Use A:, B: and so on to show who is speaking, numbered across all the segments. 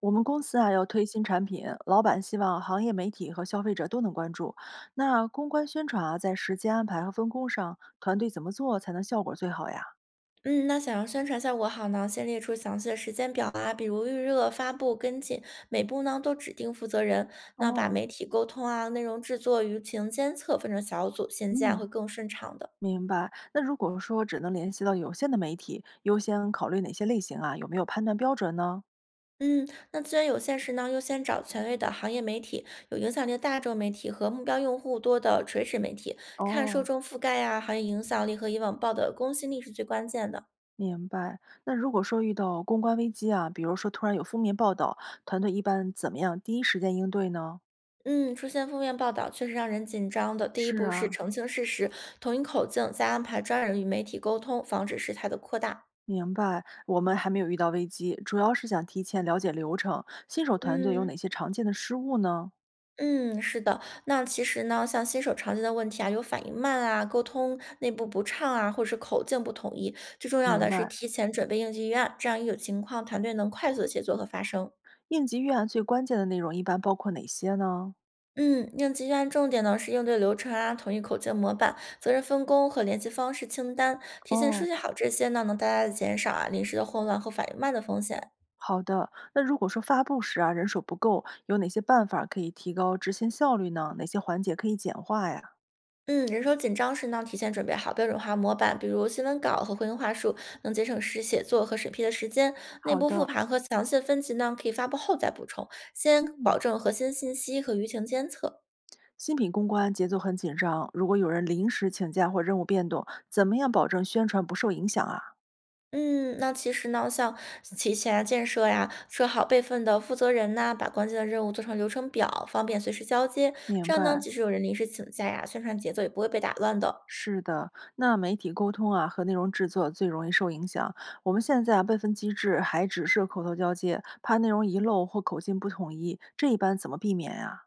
A: 我们公司啊要推新产品，老板希望行业媒体和消费者都能关注。那公关宣传啊，在时间安排和分工上，团队怎么做才能效果最好呀？
B: 嗯，那想要宣传效果好呢，先列出详细的时间表啊，比如预热、发布、跟进，每步呢都指定负责人。那把
A: 哦，
B: 媒体沟通啊、内容制作、舆情监测分成小组，衔接啊
A: 嗯，
B: 会更顺畅的。
A: 明白。那如果说只能联系到有限的媒体，优先考虑哪些类型啊？有没有判断标准呢？
B: 嗯，那资源有限时呢，优先找权威的行业媒体、有影响力的大众媒体和目标用户多的垂直媒体，看受
A: 哦，
B: 众覆盖啊、行业影响力和以往报的公信力是最关键的。
A: 明白。那如果说遇到公关危机啊，比如说突然有负面报道，团队一般怎么样第一时间应对呢？
B: 嗯，出现负面报道确实让人紧张的。第一
A: 是
B: 步是
A: 啊，
B: 澄清事实，统一口径，再安排专人与媒体沟通，防止事态的扩大。
A: 明白，我们还没有遇到危机，主要是想提前了解流程。新手团队有
B: 嗯，
A: 哪些常见的失误呢？
B: 嗯，是的。那其实呢，像新手常见的问题啊，有反应慢啊，沟通内部不畅啊，或者是口径不统一。最重要
A: 明
B: 的
A: 白，
B: 是提前准备应急预案，这样一有情况，团队能快速的协作和发声。
A: 应急预案最关键的内容一般包括哪些呢？
B: 嗯，应急预案重点呢是应对流程啊，统一口径模板、责任分工和联系方式清单，提前梳
A: 哦，
B: 理好这些呢，能大大的减少啊临时的混乱和反应慢的风险。
A: 好的。那如果说发布时啊人手不够，有哪些办法可以提高执行效率呢？哪些环节可以简化呀？
B: 嗯，人手紧张时呢，提前准备好标准化模板，比如新闻稿和回应话术，能节省时写作和审批的时间。内
A: 好
B: 部复
A: 的，
B: 盘和详细的分级呢，可以发布后再补充，先保
A: 嗯，
B: 证核心信息和舆情监测。
A: 新品公关节奏很紧张，如果有人临时请假或任务变动，怎么样保证宣传不受影响啊？
B: 嗯，那其实呢，像提前啊建设呀，设好备份的负责人呐，把关键的任务做成流程表，方便随时交接。
A: 明
B: 这样呢，
A: 白。
B: 即使有人临时请假呀，宣传节奏也不会被打乱的。
A: 是的，那媒体沟通啊和内容制作最容易受影响。我们现在啊备份机制还只是口头交接，怕内容遗漏或口径不统一，这一般怎么避免呀、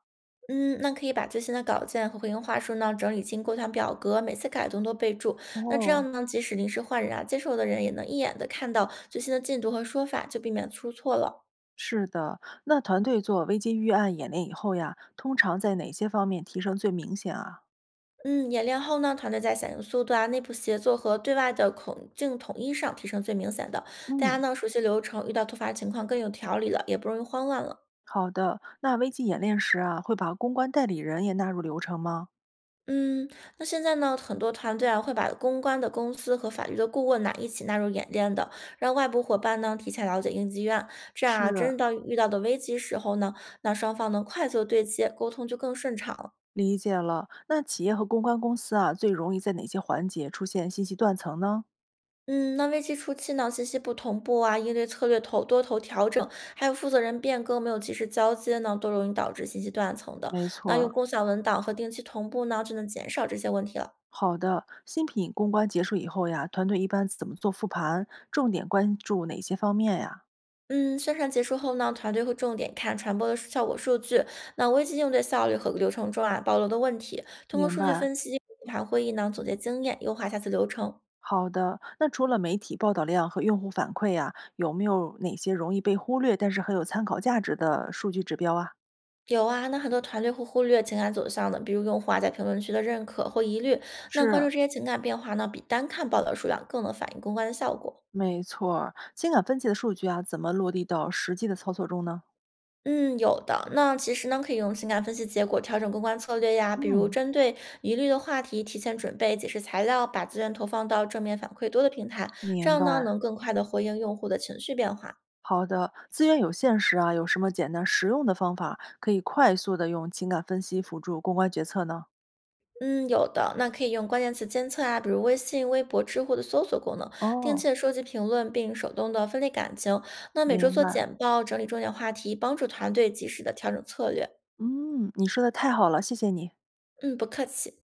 B: 嗯，那可以把最新的稿件和回应话术呢整理进构想表格，每次改动都备注。那这
A: 哦，
B: 样呢，即使临时换人啊，接手的人也能一眼的看到最新的进度和说法，就避免出错了。
A: 是的，那团队做危机预案演练以后呀，通常在哪些方面提升最明显啊？
B: 嗯，演练后呢，团队在响应速度啊、内部协作和对外的孔径统一上提升最明显的。大家
A: 嗯，
B: 呢熟悉流程，遇到突发情况更有条理了，也不容易慌乱了。
A: 好的。那危机演练时啊，会把公关代理人也纳入流程吗？
B: 嗯，那现在呢，很多团队啊会把公关的公司和法律的顾问呐、一起纳入演练的，让外部伙伴呢提前了解应急预案，这样啊，
A: 是，
B: 真正到遇到的危机时候呢，那双方能快速对接，沟通就更顺畅了。
A: 理解了。那企业和公关公司啊，最容易在哪些环节出现信息断层呢？
B: 嗯，那危机初期呢，信息不同步啊，应对策略头多头调整，还有负责人变更没有及时交接呢，都容易导致信息断层的。
A: 没错
B: 那用
A: 儿，
B: 共享文档和定期同步呢，就能减少这些问题了。
A: 好的，新品公关结束以后呀，团队一般怎么做复盘？重点关注哪些方面呀？
B: 嗯，宣传结束后呢，团队会重点看传播的效果数据，那危机应对效率和流程中啊暴露的问题，通过
A: 明
B: 数据
A: 白。
B: 分析、复盘会议呢，总结经验，优化下次流程。
A: 好的，那除了媒体报道量和用户反馈呀，有没有哪些容易被忽略但是很有参考价值的数据指标啊？
B: 有啊，那很多团队会忽略情感走向的，比如用户啊在评论区的认可或疑虑。那关
A: 是，
B: 注这些情感变化呢，比单看报道数量更能反映公关的效果。
A: 没错儿，情感分析的数据啊，怎么落地到实际的操作中呢？
B: 嗯，有的。那其实呢，可以用情感分析结果调整公关策略呀，比如
A: 嗯，
B: 针对疑虑的话题提前准备解释材料，把资源投放到正面反馈多的平台，这
A: 明
B: 样
A: 白。
B: 呢能更快的回应用户的情绪变化。
A: 好的，资源有限时啊，有什么简单实用的方法可以快速的用情感分析辅助公关决策呢？
B: 嗯，有的，那可以用关键词监测啊，比如微信、微博、知乎的搜索功能，定期
A: 哦，
B: 的收集评论，并手动的分类感情。那每周
A: 明
B: 做
A: 白。
B: 简报，整理重点话题，帮助团队及时的调整策略。
A: 嗯，你说的太好了，谢谢你。
B: 嗯，不客气。